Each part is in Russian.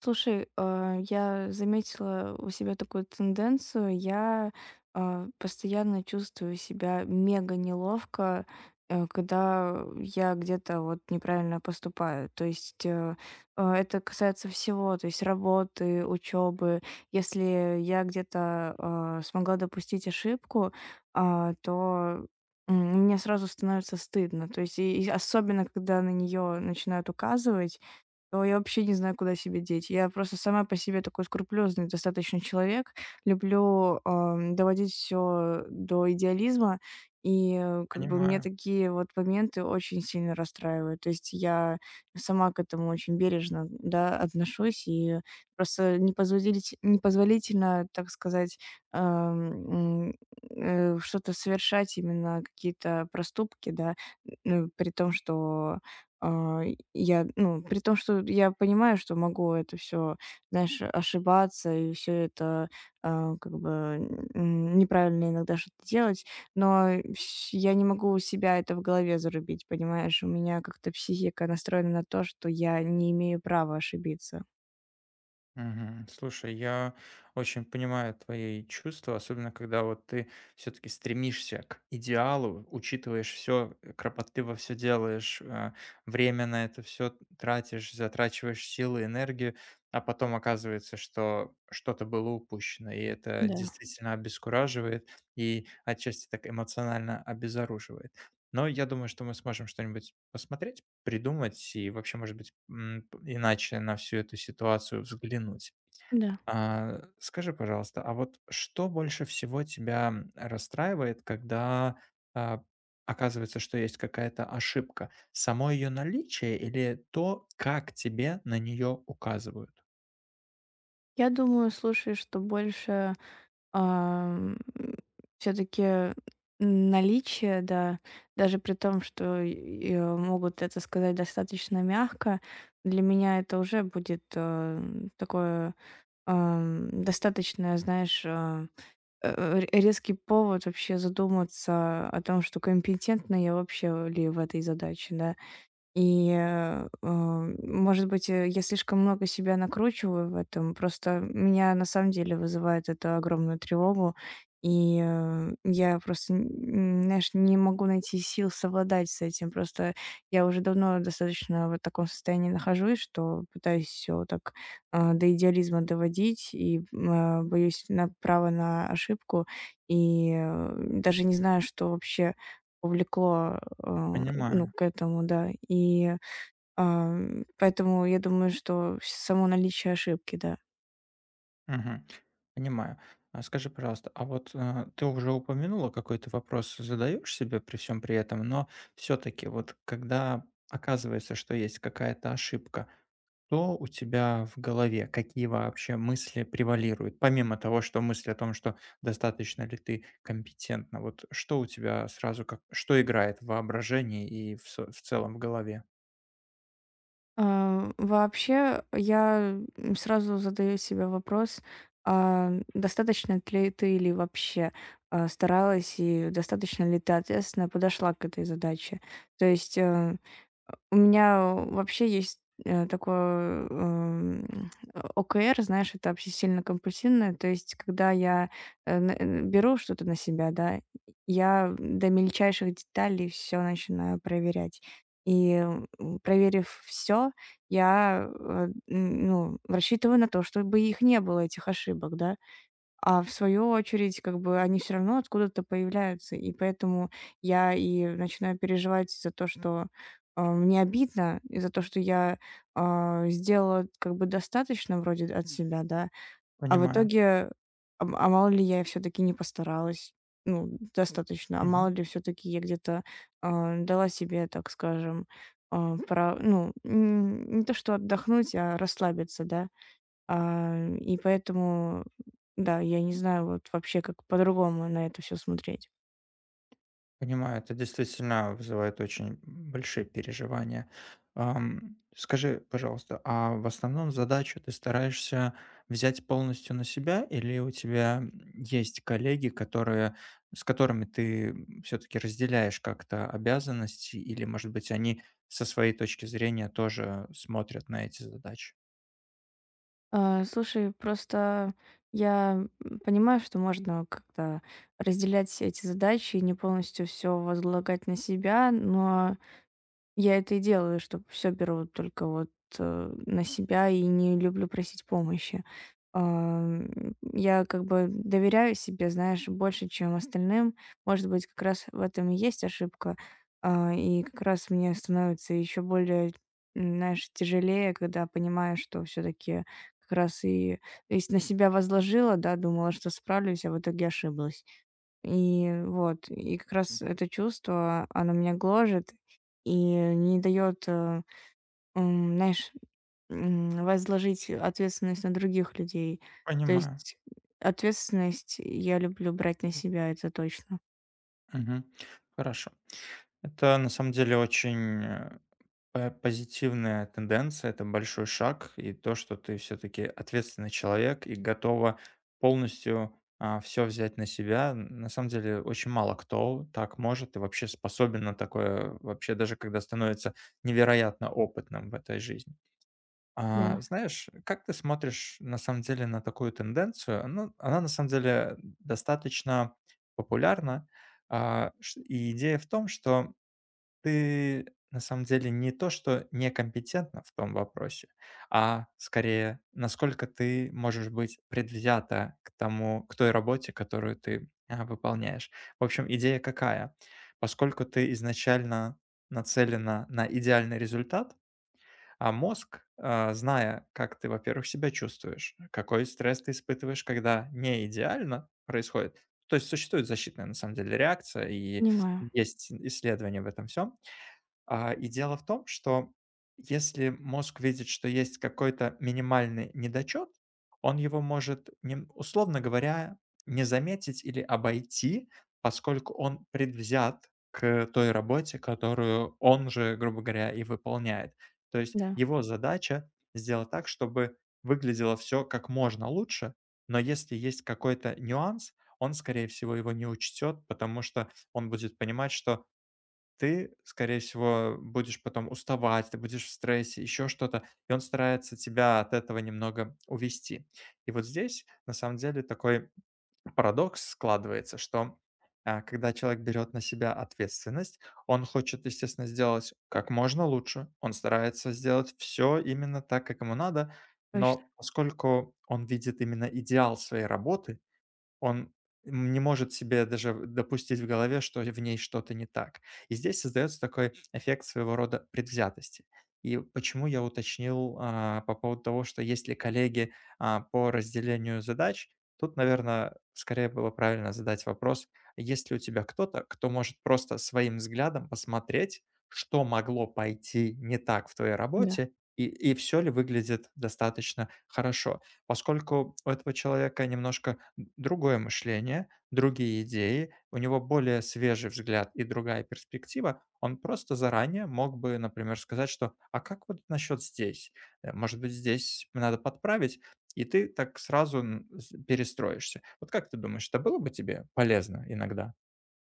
Слушай, я заметила у себя такую тенденцию. Я постоянно чувствую себя мега неловко, когда я где-то вот неправильно поступаю. То есть это касается всего, то есть работы, учебы. Если я где-то смогла допустить ошибку, то м, мне сразу становится стыдно. То есть и особенно, когда на нее начинают указывать. Ой, я вообще не знаю, куда себя деть. Я просто сама по себе такой скрупулезный достаточно человек. Люблю, доводить все до идеализма, и, как бы, мне Понимаю. такие вот моменты очень сильно расстраивают. То есть я сама к этому очень бережно, да, отношусь, и просто непозволить непозволительно, так сказать, ам, м, что-то совершать, именно какие-то проступки, да, ну, а при том, что я понимаю, что могу это все, знаешь, ошибаться и все это, как бы, неправильно иногда что-то делать, но всь я не могу у себя это в голове зарубить, понимаешь? У меня как-то психика настроена на то, что я не имею права ошибиться. Мгм. Слушай, я очень понимаю твои чувства, особенно когда вот ты все-таки стремишься к идеалу, учитываешь все, кропотливо все делаешь, время на это все тратишь, затрачиваешь силы, энергию, а потом оказывается, что что-то было упущено, и это Да, действительно обескураживает и отчасти так эмоционально обезоруживает. Но я думаю, что мы сможем что-нибудь посмотреть придумать и вообще, может быть, м, п иначе на всю эту ситуацию взглянуть. да. Скажи, пожалуйста, а вот что больше всего тебя расстраивает, когда, а, оказывается, что есть какая-то ошибка? Само ее наличие или то, как тебе на нее указывают? Я думаю, слушай, что больше все таки наличие, да, даже при том, что и могут это сказать достаточно мягко, для меня это уже будет, такое, достаточно, знаешь, а, э, ре резкий повод вообще задуматься о том, что компетентна я вообще ли в этой задаче, да. И, может быть, я слишком много себя накручиваю в этом. Просто меня на самом деле вызывает это огромную тревогу. И, я просто, н знаешь, не могу найти сил совладать с этим. Просто я уже давно достаточно вот в таком состоянии нахожусь, что пытаюсь все так, до идеализма доводить, и, боюсь на право на ошибку. И, даже не знаю, что вообще увлекло, ну, Понимаю. к этому, да. И, поэтому я думаю, что само наличие ошибки, да. Мгм. Понимаю. А скажи, пожалуйста, ты уже упомянула, какой то вопрос задаешь себе при всем при этом, но все-таки вот когда оказывается, что есть какая-то ошибка, то у тебя в голове какие вообще мысли превалируют? Помимо того, что мысли о том, что достаточно ли ты компетентна, вот что у тебя сразу как что играет в воображении и в целом в голове? Вообще, я, сразу задаю себе вопрос, достаточно ли ты, или вообще, старалась и достаточно ли ты ответственно подошла к этой задаче? То есть, у меня вообще есть, такое, ОКР, знаешь, это обсессивно-компульсивное. То есть, когда я, беру что-то на себя, да, я до мельчайших деталей все начинаю проверять. И, проверив все, я, э, н ну, рассчитываю на то, чтобы их не было, этих ошибок, да. А в свою очередь, как бы, они все равно откуда-то появляются. И поэтому я и начинаю переживать за то, что, мне обидно, и за то, что я, сделала как бы достаточно вроде от себя, да, а в Понимаю. итоге, мало ли я все таки не постаралась, ну, достаточно, а мало ли все таки я где-то, дала себе, так скажем, а, пра ну, н не то что отдохнуть, а расслабиться, да. И поэтому, да, я не знаю вот вообще, как по-другому на это все смотреть. Понимаю, это действительно вызывает очень большие переживания. Скажи, пожалуйста, а в основном задачу ты стараешься взять полностью на себя, или у тебя есть коллеги, с которыми ты все-таки разделяешь как-то обязанности, или, может быть, они со своей точки зрения тоже смотрят на эти задачи? Слушай, просто я, понимаю, что можно как-то разделять эти задачи и не полностью все возлагать на себя, но я это и делаю, что все беру только вот, на себя, и не люблю просить помощи. Я как бы доверяю себе, знаешь, больше, чем остальным. Может быть, как раз в этом и есть ошибка. И как раз мне становится еще более, знаешь, тяжелее, когда понимаю, что все таки как раз и на себя возложила, да, думала, что справлюсь, а в итоге ошиблась. И вот, и как раз это чувство, оно меня гложет и не дает, знаешь, возложить ответственность на других людей. То Понимаю. есть ответственность я люблю брать на себя, это точно. Мгм. Хорошо. Это на самом деле очень позитивная тенденция — это большой шаг, и то, что ты все таки ответственный человек и готова полностью, все взять на себя. На самом деле очень мало кто так может и вообще способен на такое, вообще даже когда становится невероятно опытным в этой жизни. Да. А, знаешь, как ты смотришь на самом деле на такую тенденцию? Ну, она на самом деле достаточно популярна, а, ш и идея в том, что ты на самом деле не то, что некомпетентна в том вопросе, а скорее, насколько ты можешь быть предвзята к тому, к той работе, которую ты выполняешь. В общем, идея какая? Поскольку ты изначально нацелена на идеальный результат, а мозг, зная, как ты, во-первых, себя чувствуешь, какой стресс ты испытываешь, когда не идеально происходит, то есть существует защитная, на самом деле, реакция, и Понимаю. есть исследования в этом всем. И дело в том, что если мозг видит, что есть какой-то минимальный недочет, он его может, условно говоря, не заметить или обойти, поскольку он предвзят к той работе, которую он же, грубо говоря, и выполняет. То есть Да. его задача сделать так, чтобы выглядело все как можно лучше, но если есть какой-то нюанс, он, скорее всего, его не учтет, потому что он будет понимать, что ты, скорее всего, будешь потом уставать, ты будешь в стрессе, еще что-то, и он старается тебя от этого немного увести. И вот здесь, на самом деле, такой парадокс складывается, что, когда человек берет на себя ответственность, он хочет, естественно, сделать как можно лучше, он старается сделать все именно так, как ему надо, Точно. но поскольку он видит именно идеал своей работы, он не может себе даже допустить в голове, что в ней что-то не так. И здесь создается такой эффект своего рода предвзятости. И почему я уточнил, по поводу того, что есть ли коллеги, по разделению задач. Тут, наверное, скорее было правильно задать вопрос: есть ли у тебя кто-то, кто может просто своим взглядом посмотреть, что могло пойти не так в твоей Да. работе и всё ли выглядит достаточно хорошо? Поскольку у этого человека немножко другое мышление, другие идеи, у него более свежий взгляд и другая перспектива, он просто заранее мог бы, например, сказать, что «а как вот насчет здесь? Может быть, здесь надо подправить?» И ты так сразу перестроишься. Вот как ты думаешь, это было бы тебе полезно иногда?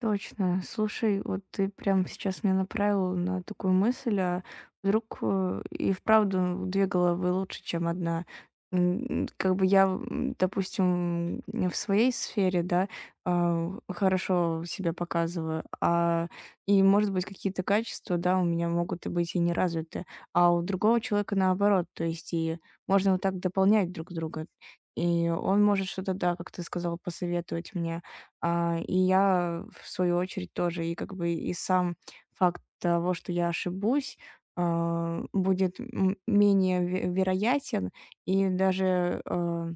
Точно. Слушай, вот ты прямо сейчас меня направил на такую мысль, а вдруг и вправду две головы лучше, чем одна. Как бы я, допустим, в своей сфере, да, хорошо себя показываю, и, может быть, какие-то качества, да, у меня могут и быть и не развиты, а у другого человека наоборот, то есть и можно вот так дополнять друг друга. И он может что-то, да, как ты сказал, посоветовать мне, и я, в свою очередь, тоже. И как бы и сам факт того, что я ошибусь, будет менее ве вероятен. И даже,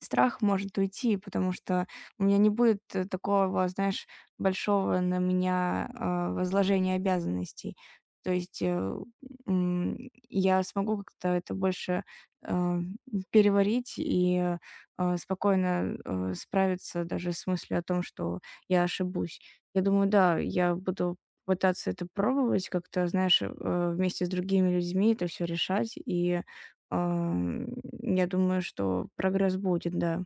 страх может уйти, потому что у меня не будет, такого, знаешь, большого на меня, возложения обязанностей. То есть, м, я смогу как-то это больше, а, переварить и, спокойно, справиться даже с мыслью о том, что я ошибусь. Я думаю, да, я буду пытаться это пробовать, как-то, знаешь, вместе с другими людьми это все решать, и Ам, я думаю, что прогресс будет, да.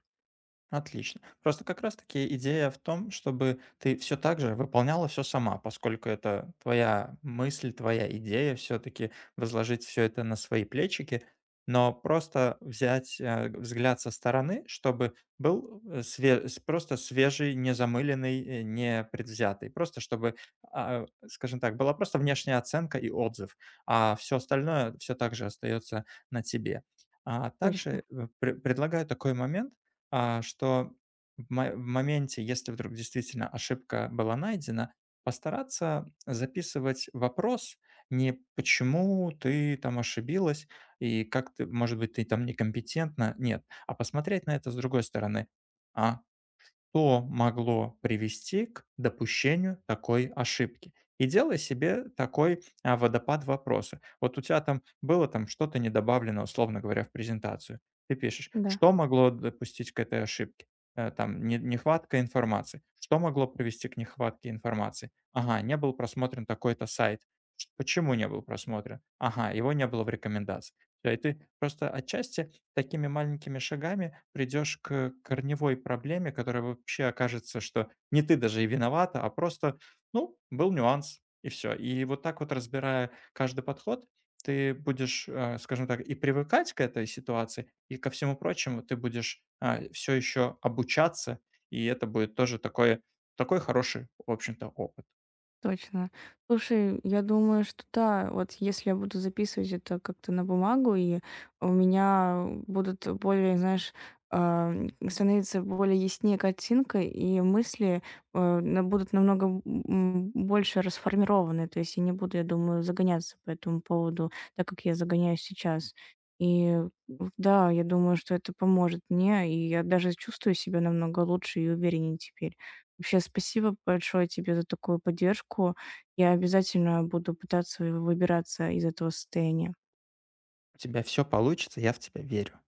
Отлично. Просто как раз таки идея в том, чтобы ты все так же выполняла все сама, поскольку это твоя мысль, твоя идея, все таки возложить все это на свои плечики, но просто взять, э, взгляд со стороны, чтобы был, э, све с просто свежий, незамыленный, не предвзятый. Просто чтобы, скажем так, была просто внешняя оценка и отзыв, а все остальное все так же остается на тебе. А Точно, также, предлагаю такой момент, что в моменте, если вдруг действительно ошибка была найдена, постараться записывать вопрос не "почему ты там ошибилась и как ты, может быть, ты там некомпетентна", нет, а посмотреть на это с другой стороны. А что могло привести к допущению такой ошибки. И делай себе такой водопад вопроса. Вот у тебя там было там что-то не добавлено, условно говоря, в презентацию. Ты пишешь, да. что могло допустить к этой ошибке? Там нехватка информации. Что могло привести к нехватке информации? Ага, не был просмотрен такой-то сайт. Почему не был просмотрен? Ага, его не было в рекомендации. И ты просто отчасти такими маленькими шагами придешь к корневой проблеме, которая вообще окажется, что не ты даже и виновата, а просто, ну, был нюанс, и все. И вот так вот, разбирая каждый подход, ты будешь, скажем так, и привыкать к этой ситуации, и ко всему прочему ты будешь все еще обучаться, и это будет тоже такой хороший, в общем-то, опыт. Точно. Слушай, я думаю, что да, вот если я буду записывать это как-то на бумагу, и у меня будут более, знаешь, а, становится более яснее картинка, и мысли будут намного больше расформированы. То есть я не буду, я думаю, загоняться по этому поводу, так как я загоняюсь сейчас. И да, я думаю, что это поможет мне, и я даже чувствую себя намного лучше и увереннее теперь. Вообще, спасибо большое тебе за такую поддержку. Я обязательно буду пытаться выбираться из этого состояния. У тебя все получится, я в тебя верю.